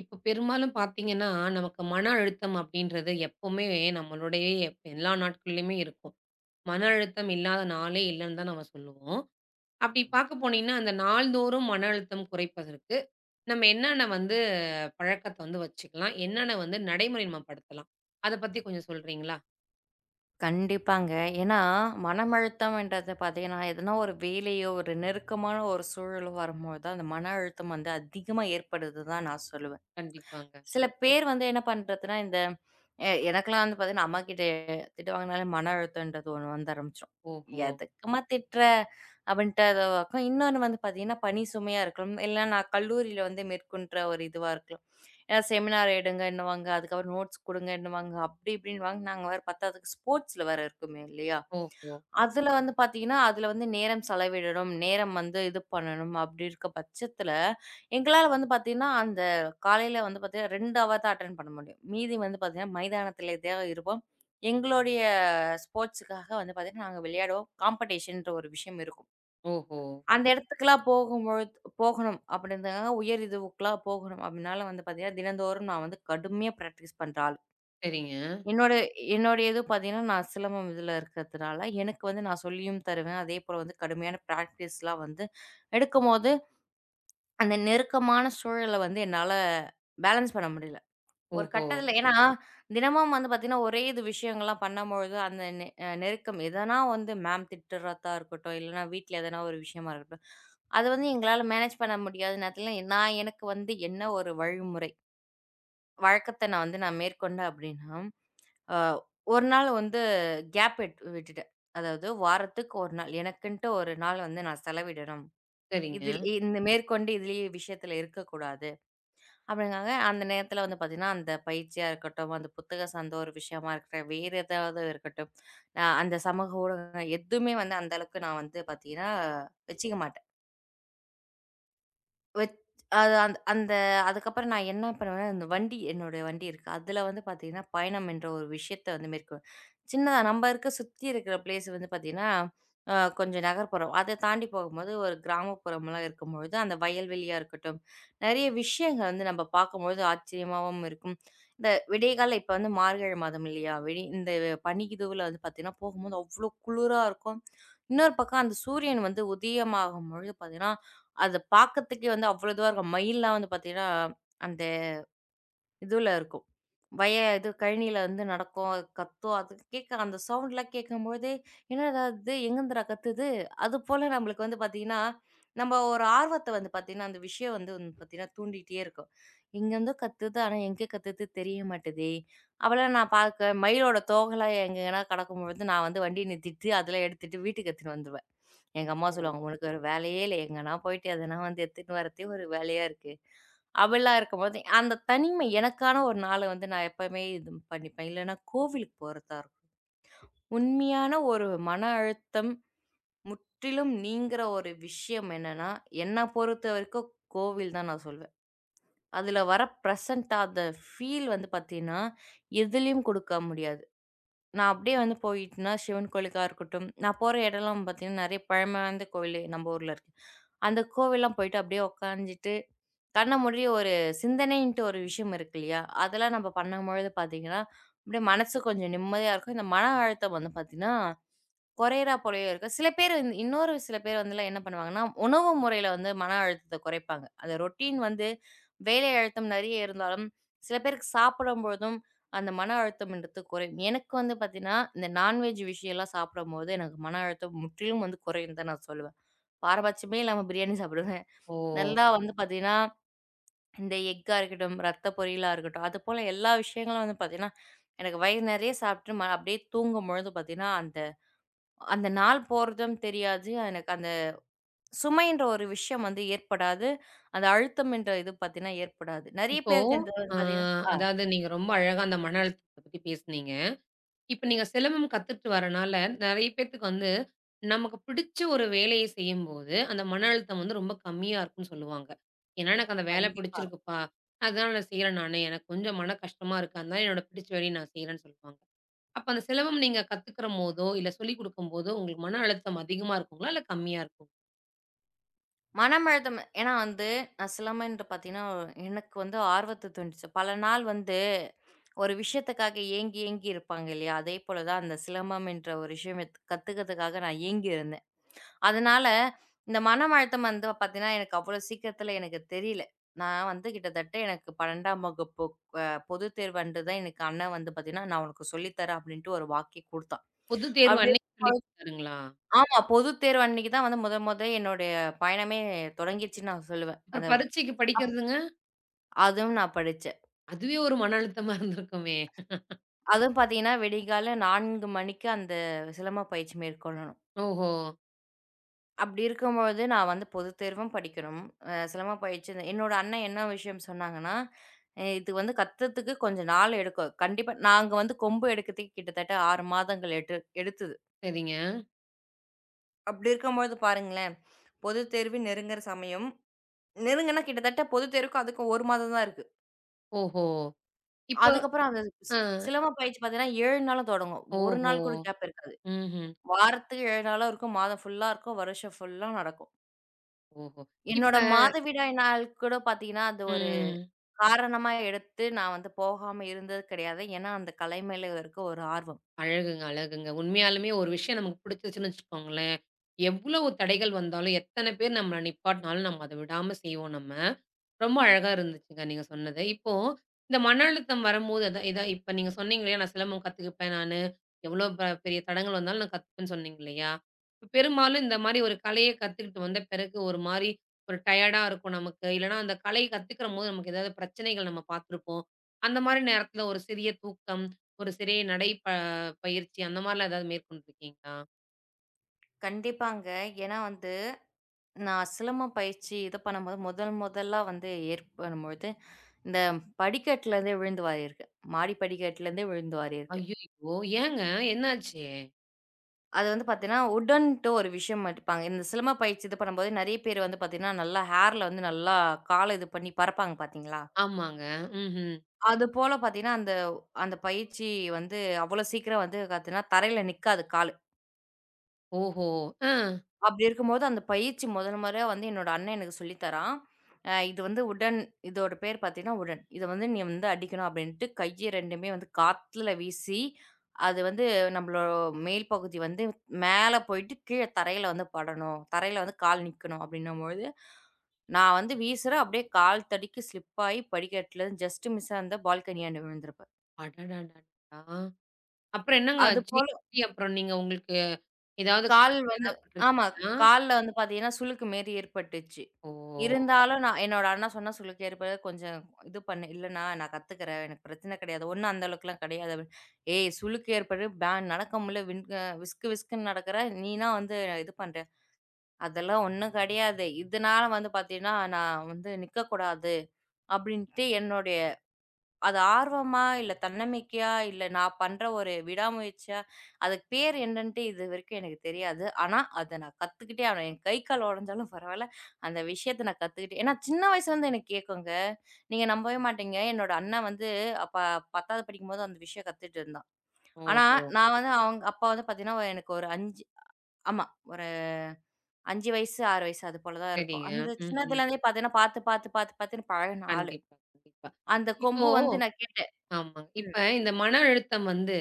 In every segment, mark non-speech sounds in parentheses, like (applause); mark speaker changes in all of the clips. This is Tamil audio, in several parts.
Speaker 1: இப்ப பெரும்பாலும் பார்த்தீங்கன்னா, நமக்கு மன அழுத்தம் அப்படின்றது எப்பவுமே நம்மளுடைய எல்லா நாட்கள்லயுமே இருக்கும். மன அழுத்தம் இல்லாத நாளே இல்லன்னு தான் நம்ம சொல்லுவோம். அப்படி பார்க்க போனீங்கன்னா, அந்த நாள்தோறும் மன அழுத்தம் குறைப்பதற்கு நம்ம என்னென்ன பழக்கத்த வந்து வச்சுக்கலாம்? என்னென்ன நடைமுறை நம்ம படுத்தலாம்? அத பத்தி கொஞ்சம் சொல்றீங்களா?
Speaker 2: கண்டிப்பாங்க. ஏன்னா, மனம் அழுத்தம்ன்றது பார்த்தீங்கன்னா, எதனா ஒரு வேலையோ, ஒரு நெருக்கமான ஒரு சூழலோ வரும்போது தான், அந்த மன அழுத்தம் வந்து அதிகமா ஏற்படுது தான் நான் சொல்லுவேன்.
Speaker 1: கண்டிப்பாங்க.
Speaker 2: சில பேர் வந்து என்ன பண்றதுன்னா, இந்த எனக்கெல்லாம் வந்து பார்த்தீங்கன்னா, அம்மாகிட்ட திட்டு வாங்குனாலே மன அழுத்தம்ன்றது ஒண்ணு வந்து ஆரம்பிச்சுரும்.
Speaker 1: ஓஹோ!
Speaker 2: "எதுக்கும்மா திட்டுற?" அப்படின்ட்டு அது இருக்கும். இன்னொன்னு வந்து பார்த்தீங்கன்னா, பணி சுமையா இருக்கலாம். இல்ல நான் கல்லூரியில வந்து மேற்கொண்ட ஒரு இதுவா இருக்கலாம். ஏதாவது செமினார் எடுங்க என்னவாங்க, அதுக்கப்புறம் நோட்ஸ் குடுங்க என்னவாங்க, அப்படி இப்படின்னுவாங்க. நாங்க வேற பத்தாததுக்கு ஸ்போர்ட்ஸ்ல வேற இருக்குமே இல்லையா?
Speaker 1: ஓஹோ!
Speaker 2: அதுல வந்து பார்த்தீங்கன்னா, அதுல வந்து நேரம் செலவிடணும், நேரம் வந்து இது பண்ணணும் அப்படி இருக்க பட்சத்துல, எங்களால வந்து பார்த்தீங்கன்னா, அந்த காலையில வந்து பார்த்தீங்கன்னா 2 ஹவர் தான் அட்டெண்ட் பண்ண முடியும். மீதி வந்து பார்த்தீங்கன்னா மைதானத்திலே தான் இருப்போம். எங்களுடைய ஸ்போர்ட்ஸுக்காக வந்து பார்த்தீங்கன்னா, நாங்க விளையாடுவோம். காம்படிஷன்ற ஒரு விஷயம் இருக்கும்.
Speaker 1: ஓஹோ!
Speaker 2: அந்த இடத்துக்குலாம் போகும்பொழுது போகணும் அப்படின்றதுக்காக உயர் இதுவுக்குலாம் போகணும் அப்படினால வந்து பார்த்தீங்கன்னா, தினந்தோறும் நான் வந்து கடுமையா பிராக்டிஸ் பண்ற ஆள்.
Speaker 1: சரிங்க.
Speaker 2: என்னோட என்னுடைய இது பார்த்தீங்கன்னா, நான் சிலம்பம் இதில இருக்கிறதுனால, எனக்கு வந்து நான் சொல்லியும் தருவேன். அதேபோல வந்து கடுமையான பிராக்டிஸ்லாம் வந்து எடுக்கும்போது, அந்த நெருக்கமான சூழல வந்து என்னால பேலன்ஸ் பண்ண முடியல. ஒரு
Speaker 1: ஓஹோ!
Speaker 2: கட்டத்துல ஏன்னா, தினமும் வந்து பார்த்தீங்கன்னா, ஒரே இது விஷயங்கள்லாம் பண்ணும்பொழுது, அந்த நெ அ நெருக்கம் எதனா வந்து மேம் திட்டுறதா இருக்கட்டும், இல்லன்னா வீட்ல எதனா ஒரு விஷயமா இருக்கட்டும், அது வந்து எங்களால மேனேஜ் பண்ண முடியாத நேரத்துல, நான் எனக்கு வந்து என்ன ஒரு வழிமுறை, வழக்கத்த நான் வந்து நான் மேற்கொண்டேன் அப்டின்னா, அ ஒரு நாள் வந்து கேப் விட்டுட்டேன். அதாவது வாரத்துக்கு 1 நாள் எனக்குன்ட்டு ஒரு நாள் வந்து நான் செலவிடணும்.
Speaker 1: சரிங்க.
Speaker 2: இதில் இந்த மேற்கொண்டு இதிலேயே விஷயத்துல இருக்கக்கூடாது. அப்படிங்காங்க, அந்த நேரத்தில வந்து பார்த்தீங்கன்னா, அந்த பயிற்சியா இருக்கட்டும், அந்த புத்தகம் சார்ந்த ஒரு விஷயமா இருக்கட்டும், வேறு ஏதாவது இருக்கட்டும், நான் அந்த சமூக ஊடகம் எதுவுமே வந்து அந்த அளவுக்கு நான் வந்து பார்த்தீங்கன்னா, வச்சுக்க மாட்டேன். வச் அது அந்த அந்த அதுக்கப்புறம் நான் என்ன பண்ணுவேன்னா, அந்த வண்டி என்னோட வண்டி இருக்கு. அதுல வந்து பாத்தீங்கன்னா, பயணம் என்ற ஒரு விஷயத்த வந்து மேற்கொள்வேன். சின்னதா நம்ம இருக்க சுத்தி இருக்கிற பிளேஸ் வந்து பாத்தீங்கன்னா, கொஞ்சம் நகர்ப்புறம். அத தாண்டி போகும்போது ஒரு கிராமப்புறம்லாம் இருக்கும்பொழுது, அந்த வயல்வெளியா இருக்கட்டும், நெறைய விஷயங்கள் வந்து நம்ம பார்க்கும்பொழுது ஆச்சரியமாவும் இருக்கும். இந்த விடியகாலைல இப்ப வந்து மார்கழி மாதம் இல்லையா? வெளி இந்த பனிக்கிதுவுல வந்து பாத்தீங்கன்னா, போகும்போது அவ்ளோ குளிரா இருக்கும். இன்னொரு பக்கம் அந்த சூரியன் வந்து உதயமாகும்பொழுது பாத்தீங்கன்னா, அது பார்க்கறதுக்கே வந்து அவ்வளோ இதுவா இருக்கும். மயில்லாம் வந்து பார்த்தீங்கன்னா, அந்த இதுல இருக்கும். வய இது கழனியில வந்து நடக்கும். அது கத்தும். அது கேட்க அந்த சவுண்ட்லாம் கேட்கும்போதே, என்னடா இது எங்கேருந்துடா கத்துது? அதுபோல நம்மளுக்கு வந்து பார்த்தீங்கன்னா, நம்ம ஒரு ஆர்வத்த வந்து பார்த்தீங்கன்னா, அந்த விஷயம் வந்து வந்து பார்த்தீங்கன்னா தூண்டிகிட்டே இருக்கும். எங்கேருந்தோ கத்துது. ஆனா எங்க கத்துது தெரிய மாட்டுதே! அப்பலாம் நான் பார்க்க மயிலோட தோகைலாம் எங்கேனா கிடக்கும்பொழுது நான் வந்து வண்டிய நிறுத்திட்டு, அதெல்லாம் எடுத்துட்டு வீட்டுக்கு எடுத்துட்டு வந்துருவேன். எங்க அம்மா
Speaker 1: ஓ!
Speaker 2: சொல்லுவாங்க, "உனக்கு வேற வேலையே இல்ல. எங்கன்னா போயிட்டு எதனா வந்து எடுத்துன்னு வரதே ஒரு வேலையா இருக்கு." அப்படிலாம் இருக்கும்போது, அந்த தனிமை எனக்கான ஒரு நாள வந்து நான் எப்பவுமே இது பண்ணிப்பேன். இல்லன்னா கோவிலுக்கு போறதா இருக்கும். உண்மையான ஒரு மன அழுத்தம் முற்றிலும் நீங்குற ஒரு விஷயம் என்னன்னா, என்ன பொறுத்த வரைக்கும் கோவில் தான் நான் சொல்வேன். அதுல வர பிரசன்ட் ஆ அந்த ஃபீல் வந்து பார்த்தீங்கன்னா, எதுலயும் குடுக்க முடியாது. நான் அப்படியே வந்து போயிட்டேன்னா, சிவன் கோயிலுக்கா இருக்கட்டும், நான் போற இடம்லாம் பார்த்தீங்கன்னா, நெறைய பழமை வாய்ந்த கோயிலு நம்ம ஊர்ல இருக்கு. அந்த கோவில்லாம் போயிட்டு அப்படியே உட்காந்துட்டு, கண்ண மூடி ஒரு சிந்தனைன்ட்டு ஒரு விஷயம் இருக்கு இல்லையா? அதெல்லாம் நம்ம பண்ணும்பொழுது பார்த்தீங்கன்னா, அப்படியே மனசு கொஞ்சம் நிம்மதியா இருக்கும். இந்த மன அழுத்தம் வந்து பார்த்தீங்கன்னா குறையறா போலயே இருக்கு. சில பேர் வந்து இன்னொரு சில பேர் வந்துலாம் என்ன பண்ணுவாங்கன்னா, உணவு முறையில வந்து மன அழுத்தத்த குறைப்பாங்க. அந்த ரொட்டீன் வந்து வேலை அழுத்தம் நெறைய இருந்தாலும், சில பேருக்கு சாப்பிடும்பொழுதும் அந்த மன அழுத்தம்ன்றது குறையும். எனக்கு வந்து பார்த்தீங்கன்னா, இந்த நான்வெஜ் விஷயம்லாம் சாப்பிடும்போது எனக்கு மன அழுத்தம் முற்றிலும் வந்து குறையும்ன்னு தான் நான் சொல்லுவேன். பாரபட்சமே இல்லாம பிரியாணி சாப்பிடுவேன்.
Speaker 1: ஓ!
Speaker 2: நல்லா வந்து பார்த்தீங்கன்னா, இந்த எக்கா இருக்கட்டும், ரத்த பொரியலா இருக்கட்டும், அதுபோல எல்லா விஷயங்களும் வந்து பார்த்தீங்கன்னா, எனக்கு வயிறு நெறைய சாப்பிட்டு அப்படியே தூங்கும்பொழுது பார்த்தீங்கன்னா, அந்த அந்த நாள் போறதும் தெரியாது. எனக்கு அந்த சுமைன்ற ஒரு விஷயம் வந்து ஏற்படாது. அந்த அழுத்தம் என்ற இது பார்த்தீங்கன்னா ஏற்படாது. நெறைய
Speaker 1: இப்போ
Speaker 2: பேருக்கு இந்த வந்து
Speaker 1: அ
Speaker 2: பார்த்தீங்கன்னா ஆ,
Speaker 1: அதாவது நீங்க ரொம்ப அழகா அந்த மன அழுத்தத்த பத்தி பேசுனீங்க. இப்ப நீங்க சிலம்பம் கத்துட்டு வரனால, நெறைய பேத்துக்கு நமக்கு பிடிச்ச ஒரு வேலைய செய்யும்போது, அந்த மன அழுத்தம் வந்து ரொம்ப கம்மியா இருக்கும்ன்னு சொல்லுவாங்க. ஏன்னா, எனக்கு அந்த வேலை
Speaker 2: கண்டிப்பா.
Speaker 1: பிடிச்சிருக்குப்பா. அதனால நான் செய்றேன் நானு. எனக்கு கொஞ்சம் மன கஷ்டமா இருக்கு. அதனால என்னோட பிடிச்ச வேலைய நான் செய்றேன்னு சொல்லுவாங்க. அப்ப அந்த சிலம்பம் நீங்க கத்துக்கிறம்போதோ, இல்ல சொல்லிக் குடுக்கும்போதோ, உங்களுக்கு மன அழுத்தம் அதிகமா இருக்குங்களா? இல்ல கம்மியா இருக்குமா?
Speaker 2: மனம் அழுத்தம் ஏன்னா வந்து நான் சிலம்பம்ன்ற பார்த்தீங்கன்னா, எனக்கு வந்து ஆர்வத்த தூண்டுச்சு. பல நாள் வந்து ஒரு விஷயத்துக்காக ஏங்கி ஏங்கி இருப்பாங்க இல்லையா? அதே போல தான் அந்த சிலம்பம் என்ற ஒரு விஷயம் கத்துக்கிறதுக்காக நான் ஏங்கியிருந்தேன். அதனால, இந்த மனம் அழுத்தம் வந்து பார்த்தீங்கன்னா, அவ்வளோ சீக்கிரத்தில எனக்கு தெரியல. நான் வந்து கிட்டத்தட்ட எனக்கு 12ஆம் வகுப்பு அ பொதுத் தேர்வு அன்று தான் எனக்கு அண்ணன் வந்து பார்த்தீங்கன்னா, "நான் உனக்கு சொல்லி தரேன்" அப்படின்ட்டு ஒரு வாக்கே குடுத்தான்.
Speaker 1: பொது தேர்வு
Speaker 2: அப்படி
Speaker 1: அன்னைக்கு சொல்லி குடுத்தாருங்களா?
Speaker 2: ஆமா. பொதுத் தேர்வு அன்னைக்கு தான் வந்து முதல் முத என்னுடைய பயணமே தொடங்கிருச்சுன்னு நான் சொல்லுவேன்.
Speaker 1: அப்புறம்
Speaker 2: அந்த
Speaker 1: பரீட்சைக்கு படிக்கிறதுங்க?
Speaker 2: அதுவும் நான் படிச்சேன்.
Speaker 1: அதுவே ஒரு மன அழுத்தமா இருந்திருக்குமே!
Speaker 2: அதுவும் பார்த்தீங்கன்னா, விடிகாலை 4 மணிக்கு அந்த சிலம்ப பயிற்சி மேற்கொள்ளணும்.
Speaker 1: ஓஹோ!
Speaker 2: அப்படி இருக்கும்போது, நான் வந்து பொதுத் தேர்வும் படிக்கணும். சிரமமா போயிடுச்சு. என்னோட அண்ணன் என்ன விஷயம் சொன்னாங்கன்னா, இது வந்து கத்துறதுக்கு கொஞ்சம் நாள் எடுக்கும். கண்டிப்பா". நாங்க வந்து கொம்பு எடுக்கிறதுக்கு கிட்டத்தட்ட 6 மாதங்கள் எடுத்தது.
Speaker 1: சரிங்க.
Speaker 2: அப்படி இருக்கும்போது பாருங்களேன், பொதுத் தேர்வு நெருங்குற சமயம் நெருங்குனா கிட்டத்தட்ட பொதுத் தேர்வுக்கும் அதுக்கும் 1 மாதம் தான் இருக்கு.
Speaker 1: ஓஹோ! இப்ப
Speaker 2: அதுக்கப்புறம் அந்த
Speaker 1: ஆ.
Speaker 2: சி சிலம்ப பயிற்சி பார்த்தீங்கன்னா, 7 நாளும் தொடங்கும். 1
Speaker 1: ஓஹோ!
Speaker 2: நாள் கூட கேப் இருக்காது.
Speaker 1: ம்ஹ்ம்.
Speaker 2: வாரத்துக்கு 7 நாளும் இருக்கும், மாதம் ஃபுல்லா இருக்கும், வருஷம் ஃபுல்லா நடக்கும்.
Speaker 1: ஓஹோ! இப்ப
Speaker 2: என்னோட மாதவிடாய் நாள் கூட பார்த்தீங்கன்னா, அது ஒரு
Speaker 1: ம்.
Speaker 2: காரணமா எடுத்து நான் வந்து போகாம இருந்தது கிடையாது. ஏன்னா, அந்த கலை மேல இருக்க ஒரு ஆர்வம்.
Speaker 1: அழகுங்க, அழகுங்க. உண்மையாலுமே ஒரு விஷயம் நமக்கு பிடிச்சிருச்சுன்னு வச்சுக்கோங்களேன், எவ்வளவு தடைகள் வந்தாலும், எத்தன பேர் நம்மள நிப்பாட்டினாலும் நம்ம அத விடாம செய்வோம் நம்ம. ரொம்ப அழகா இருந்துச்சுங்க நீங்க சொன்னது. இப்போ இந்த மன அழுத்தம் வரும்போது, அதான் இதா இப்ப நீங்க சொன்னீங்க இல்லையா, "நான் சிலம்பம் கத்துக்குப்பேன் நானு. எவ்வளோ பெரிய தடங்கள் வந்தாலும் நான் கத்துப்பேன்னு" சொன்னீங்க இல்லையா? இப்போ பெரும்பாலும் இந்த மாரி ஒரு கலைய கத்துக்கிட்டு வந்த பிறகு ஒரு மாரி ஒரு டயர்டா இருக்கும் நமக்கு. இல்லன்னா அந்த கலைய கத்துக்கிறம்போது நமக்கு ஏதாவது பிரச்சனைகள் நம்ம பார்த்துருப்போம். அந்த மாரி நேரத்தில ஒரு சிறிய தூக்கம், ஒரு சிறிய நடை ப பயிற்சி அந்த மாரிலாம் ஏதாவது மேற்கொண்டிருக்கீங்களா?
Speaker 2: கண்டிப்பாங்க. ஏன்னா வந்து, நான் சிலம்பம் பயிற்சி இது பண்ணும்போது முதல் முதலா வந்து ஏற்படும்பொழுது, இந்த படிக்கட்டுலருந்தே விழுந்து வாரியிருக்கேன். மாடி படிக்கட்டுலருந்தே விழுந்து வாரியிருக்கேன்.
Speaker 1: ஐய்யய்யோ! ஏங்க என்னாச்சு?
Speaker 2: அது வந்து பார்த்தீங்கன்னா, உடன்ட்டு ஒரு விஷயம் எடுப்பாங்க. இந்த சிலம்ப பயிற்சி இது பண்ணும்போது நெறைய பேர் வந்து பார்த்தீங்கன்னா, நல்லா ஹேர்ல வந்து நல்லா கால இது பண்ணி பறப்பாங்க பார்த்தீங்களா?
Speaker 1: ஆமாங்க. ம்ஹ்ம்.
Speaker 2: அதுபோல பார்த்தீங்கன்னா, அந்த அந்த பயிற்சி வந்து அவ்வளோ சீக்கிரம் வந்து பார்த்தீங்கன்னா, தரையில நிக்காது கால்.
Speaker 1: ஓஹோ! ஆ.
Speaker 2: அப்படி இருக்கும்போது அந்த பயிற்சி முதல் முறையா வந்து என்னோட அண்ணன் எனக்கு சொல்லி தரான். இது வந்து உடன் இதோட பேர் பார்த்தீங்கன்னா, உடன். இத வந்து நீ வந்து அடிக்கணும் அப்படின்ட்டு கைய 2மே வந்து காத்துல வீசி, அது வந்து நம்மளோட மேல் பகுதி வந்து மேல போயிட்டு கீழ தரையில வந்து படணும். தரையில வந்து கால் நிக்கணும் அப்படின்னும்பொழுது, நான் வந்து வீசுறேன் அப்படியே கால் தடிக்கி ஸ்லிப் ஆயி படிக்கட்டுலருந்து ஜஸ்ட் மிஸ்ஸா அந்த பால்கனியாண்ட விழுந்திருப்பேன்.
Speaker 1: அடடடடா! அப்புறம் என்னங்க ஆச்சு?
Speaker 2: அதுபோல
Speaker 1: எப்படி அப்புறம் நீங்க உங்களுக்கு ஏதாவது
Speaker 2: கால்
Speaker 1: காயம்
Speaker 2: வந்து
Speaker 1: ஏதாவது
Speaker 2: ஆமா.
Speaker 1: பட்டுருச்சுங்களா?
Speaker 2: கால்ல வந்து பார்த்தீங்கன்னா, சுளுக்கு மாரி ஏற்பட்டுச்சு.
Speaker 1: ஓ!
Speaker 2: இருந்தாலும் நான் என்னோட அண்ணா சொன்னா, "சுளுக்கு ஏற்பட கொஞ்சம் இது பண்ணு. இல்லன்னா நான் கத்துக்கிறேன். எனக்கு பிரச்சனை கிடையாது. ஒண்ணும் அந்த அளவுக்குலாம் கிடையாது." அப்படின்னு. "ஏய்! சுளுக்கு ஏற்பட்டு பே நடக்க முடியல. வின் விஸ்கு விஸ்குன்னு நடக்குற. நீனா வந்து இது பண்ற." "அதெல்லாம் ஒண்ணும் கிடையாது. இதனால வந்து பார்த்தீங்கன்னா, நான் வந்து நிக்கக்கூடாது." அப்படின்ட்டு என்னுடைய அது ஆர்வமா, இல்ல தன்னம்பிக்கையா, இல்ல நான் பண்ற ஒரு விடாமுயற்சியா, அதுக்கு பேர் என்னன்ட்டு இது வரைக்கும் எனக்கு தெரியாது. ஆனா, அத நான் கத்துக்கிட்டே ஆவேன். என் கை, கால் உடைஞ்சாலும் பரவால்ல. அந்த விஷயத்த நான் கத்துக்கிட்டே ஏன்னா சின்ன வயசுலருந்து எனக்கு கேட்குங்க. நீங்க நம்பவே மாட்டீங்க. என்னோட அண்ணன் வந்து அப்ப 10வது படிக்கும்போது அந்த விஷயம் கத்துட்டு இருந்தான். ஆனா,
Speaker 1: ஓஹோ!
Speaker 2: நான் வந்து அவங்க அப்பா வந்து பார்த்தீங்கன்னா, எனக்கு ஒரு 5 ஆமா. ஒரு 5 வயசு, 6 வயசு அது போல தான் இருக்கும்.
Speaker 1: சரிங்க.
Speaker 2: அந்த
Speaker 1: ம்ஹ்ம்.
Speaker 2: சின்னதுலேருந்தே பார்த்தீங்கன்னா, பார்த்து, பார்த்து, பார்த்து, பார்த்துன்னு பழகுன ஆளு.
Speaker 1: கண்டிப்பா, கண்டிப்பா.
Speaker 2: அந்த
Speaker 1: இப்போ
Speaker 2: கொம்பு வந்து நான் கேட்டேன்.
Speaker 1: ஆமா.
Speaker 2: ம்,
Speaker 1: இப்ப இந்த மன அழுத்தம் வந்து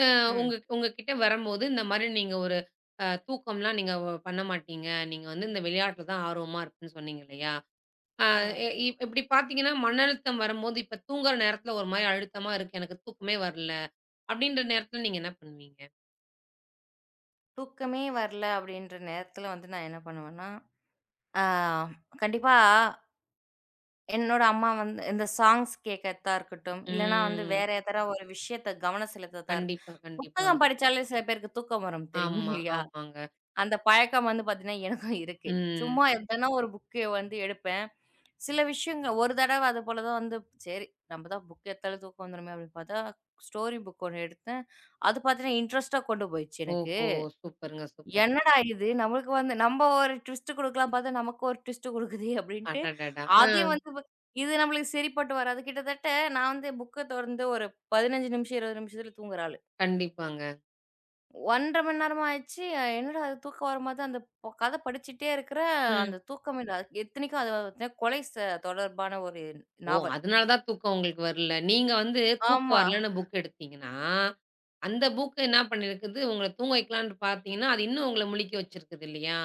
Speaker 1: அ
Speaker 2: ம்,
Speaker 1: உங்ககிட்ட வரும்போது இந்த மாரி நீங்க ஒரு தூக்கம்லாம் நீங்க பண்ண மாட்டீங்க. நீங்க வந்து இந்த விளையாட்டுல தான் ஆர்வமா இருப்பேன்னு சொன்னீங்க இல்லையா? அ
Speaker 2: ம்.
Speaker 1: இ இ- இப்படி பார்த்தீங்கன்னா, மன அழுத்தம் வரும்போது, இப்ப தூங்குற நேரத்துல ஒரு மாரி அழுத்தமா இருக்கு. எனக்கு தூக்கமே வரல. அப்படின்ற நேரத்துல நீங்க என்ன பண்ணுவீங்க?
Speaker 2: தூக்கமே வரல அப்படின்ற நேரத்துல வந்து நான் என்ன பண்ணுவேன்னா, ஆ கண்டிப்பா என்னோட அம்மா வந்து இந்த சாங்ஸ் கேட்கறதா இருக்கட்டும், இல்லன்னா வந்து
Speaker 1: ம்.
Speaker 2: வேற எதனா ஒரு விஷயத்த கவனம் செலுத்துறதா இருக்கும்.
Speaker 1: கண்டிப்பா, கண்டிப்பாங்க.
Speaker 2: புத்தகம் படிச்சாலே சில பேருக்கு தூக்கம் வரும் தெரியும்
Speaker 1: ஆமா,
Speaker 2: இல்லையா?
Speaker 1: ஆமாங்க.
Speaker 2: அந்த பழக்கம் வந்து பார்த்தீங்கன்னா, எனக்கும் இருக்கு.
Speaker 1: ம்.
Speaker 2: சும்மா எதனா ஒரு புக்க வந்து எடுப்பேன். சில விஷயங்கள் ஒரு தடவ அது போல தான் வந்து சரி நம்ம தான் புக் எடுத்தாலும் தூக்கம் வந்துருமே அப்படின்னு பார்த்தா, ஸ்டோரி புக் ஒண்ணு எடுத்தேன். அது பார்த்தீங்கன்னா, இன்ட்ரெஸ்ட்டா கொண்டு போயிடுச்சு எனக்கு.
Speaker 1: ஓஹோ! சூப்பருங்க, சூப்பர்.
Speaker 2: என்னடா இது! நம்மளுக்கு வந்து நம்ம ஒரு ட்விஸ்ட் குடுக்கலாம் பார்த்தா, நமக்கு ஒரு ட்விஸ்ட் குடுக்குதே அப்டின்ட்டு,
Speaker 1: அடடடா! ஆ.
Speaker 2: அதையும் வந்து இது நம்மளுக்கு சரிப்பட்டு வராது. கிட்டத்தட்ட நான் வந்து புக்க தொறந்து ஒரு 15 நிமிஷம், 20 நிமிஷத்துல தூங்குற ஆளு.
Speaker 1: கண்டிப்பாங்க.
Speaker 2: 1 1/2 மணி நேரமா ஆயிடுச்சு. என்னடா அது தூக்கம் வர மாரி அந்த கத படிச்சுட்டே இருக்கிறேன்.
Speaker 1: ம்.
Speaker 2: அந்த தூக்கம் இல்ல. எத்தனைக்கும் அது வந்து கொலை தொடர்பான ஒரு
Speaker 1: ஓ!
Speaker 2: நாவல்.
Speaker 1: அதனால தான் தூக்கம் உங்களுக்கு வரல. நீங்க வந்து தூக்கம்
Speaker 2: ஆமா.
Speaker 1: வரலன்னு புக் எடுத்தீங்கன்னா, அந்த புக் என்ன பண்ணியிருக்குது, உங்கள தூங்க வைக்கலான்னு பார்த்தீங்கன்னா, அது இன்னும் உங்கள முழிக்க வச்சிருக்குது இல்லையா?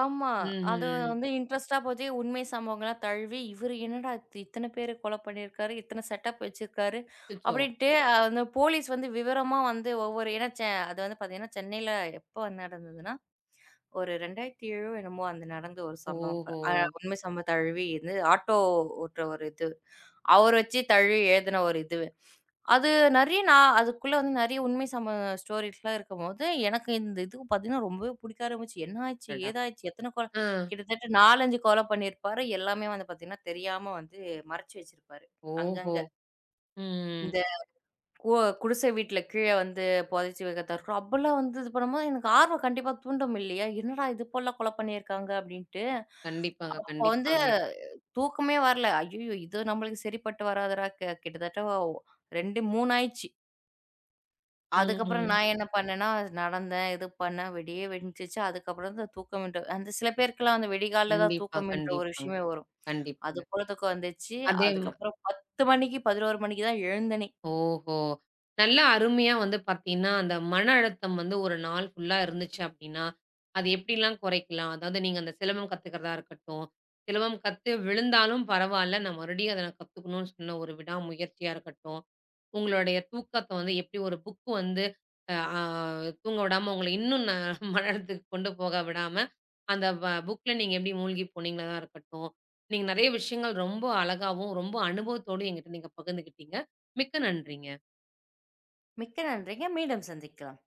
Speaker 2: ஆமா. அது
Speaker 1: ம்ஹ்ம்.
Speaker 2: வந்து இன்ட்ரெஸ்ட்டா போச்சு. உண்மை சம்பவங்களா தழுவி, இவரு என்னடா இது இத்தன பேர கொலை பண்ணியிருக்காரு, இத்தன செட்டப் வச்சிருக்காரு
Speaker 1: அச்சச்சோ!
Speaker 2: அப்படின்ட்டு அந்த போலீஸ் வந்து விவரமா வந்து ஒவ்வொரு ஏன்னா அது வந்து பார்த்தீங்கன்னா, சென்னையில எப்போ நடந்ததுன்னா, ஒரு 2007 என்னமோ அந்த நடந்த ஒரு சம்பவம்.
Speaker 1: ஓஹோ!
Speaker 2: அ உண்மை சம்பவம் தழுவி இது ஆட்டோ ஓட்டுற ஒரு இது. அவர வச்சு தழுவி எழுதின ஒரு இது. அது நெறைய நான் அதுக்குள்ள வந்து நெறைய உண்மை ஸ்டோரீஸ்லாம் இருக்கும்போது, எனக்கு இந்த இதுக்கு பார்த்தீங்கன்னா, ரொம்பவே புடிக்க ஆரம்பிச்சு. என்ன ஆச்சு?
Speaker 1: அடடா!
Speaker 2: ஏதாச்சு? எத்தன கொல
Speaker 1: ஆ.
Speaker 2: கிட்டத்தட்ட 4, 5 கொல பண்ணியிருப்பாரு. எல்லாமே வந்து பார்த்தீங்கன்னா, தெரியாம வந்து மறைச்சு வச்சிருப்பாரு.
Speaker 1: ஓஹோ!
Speaker 2: அங்கங்க.
Speaker 1: ம்.
Speaker 2: இந்த கு குடிசை வீட்ல கீழ வந்து புதைச்சு வைக்கிறதா இருக்கட்டும், அப்பலாம் வந்து இது பண்ணும்போது எனக்கு ஆர்வம் கண்டிப்பா தூண்டும் இல்லையா? என்னடா இது போலலாம் கொல பண்ணியிருக்காங்க அப்டின்ட்டு.
Speaker 1: கண்டிப்பாங்க,
Speaker 2: அப்போ வந்து
Speaker 1: கண்டிப்பாங்க.
Speaker 2: தூக்கமே வரல. ஐய்யய்யோ! இது நம்மளுக்கு சரிப்பட்டு வராதுடா. கிட்டத்தட்ட 2, 3 ஆயிடுச்சு.
Speaker 1: ம்,
Speaker 2: அதுக்கப்புறம்
Speaker 1: ம்.
Speaker 2: நான் என்ன பண்ணேன்னா, நடந்தேன், இது பண்ணேன், வெடியே வெடிச்சிச்சு. அதுக்கப்புறம் தான் தூக்கம்ன்ற அந்த சில பேருக்குலாம் அந்த விடிகாலைல தான்
Speaker 1: கண்டிப்பா,
Speaker 2: தூக்கம்ன்ற ஒரு
Speaker 1: கண்டிப்பாங்க,
Speaker 2: விஷயமே வரும். அது
Speaker 1: கண்டிப்பாங்க.
Speaker 2: போல தூக்கம் வந்துச்சு.
Speaker 1: அதே
Speaker 2: அதுக்கப்புறம் 10 மணிக்கு, 11 மணிக்கு தான் எழுந்தேனே!
Speaker 1: ஓஹோ! நல்லா அருமையா வந்து பார்த்தீங்கன்னா, அந்த மன அழுத்தம் வந்து ஒரு நாள் ஃபுல்லா இருந்துச்சு அப்டின்னா, அது எப்டிலாம் குறைக்கலாம்? அதாவது நீங்க அந்த சிலம்பம் கத்துக்கிறதா இருக்கட்டும், சிலம்பம் கத்து விழுந்தாலும் பரவால்ல, நான் மறுபடியும் அத நான் கத்துக்கணும்னு சொன்ன ஒரு விடாமுயற்சியா இருக்கட்டும், உங்களுடைய தூக்கத்த வந்து எப்டி ஒரு புக் வந்து அ ஆ தூங்க விடாம உங்கள இன்னும் (laughs) மன அழுத்தத்துக்கு கொண்டு போக விடாம, அந்த புக்ல நீங்க எப்டி மூழ்கி போனீங்களா இருக்கட்டும், நீங்க நெறைய விஷயங்கள் ரொம்ப அழகாவும், ரொம்ப அனுபவத்தோடும் என்கிட்ட நீங்க பகிர்ந்துக்கிட்டீங்க. மிக்க நன்றிங்க.
Speaker 2: மிக்க நன்றிங்க. மீண்டும் சந்திக்கலாம்.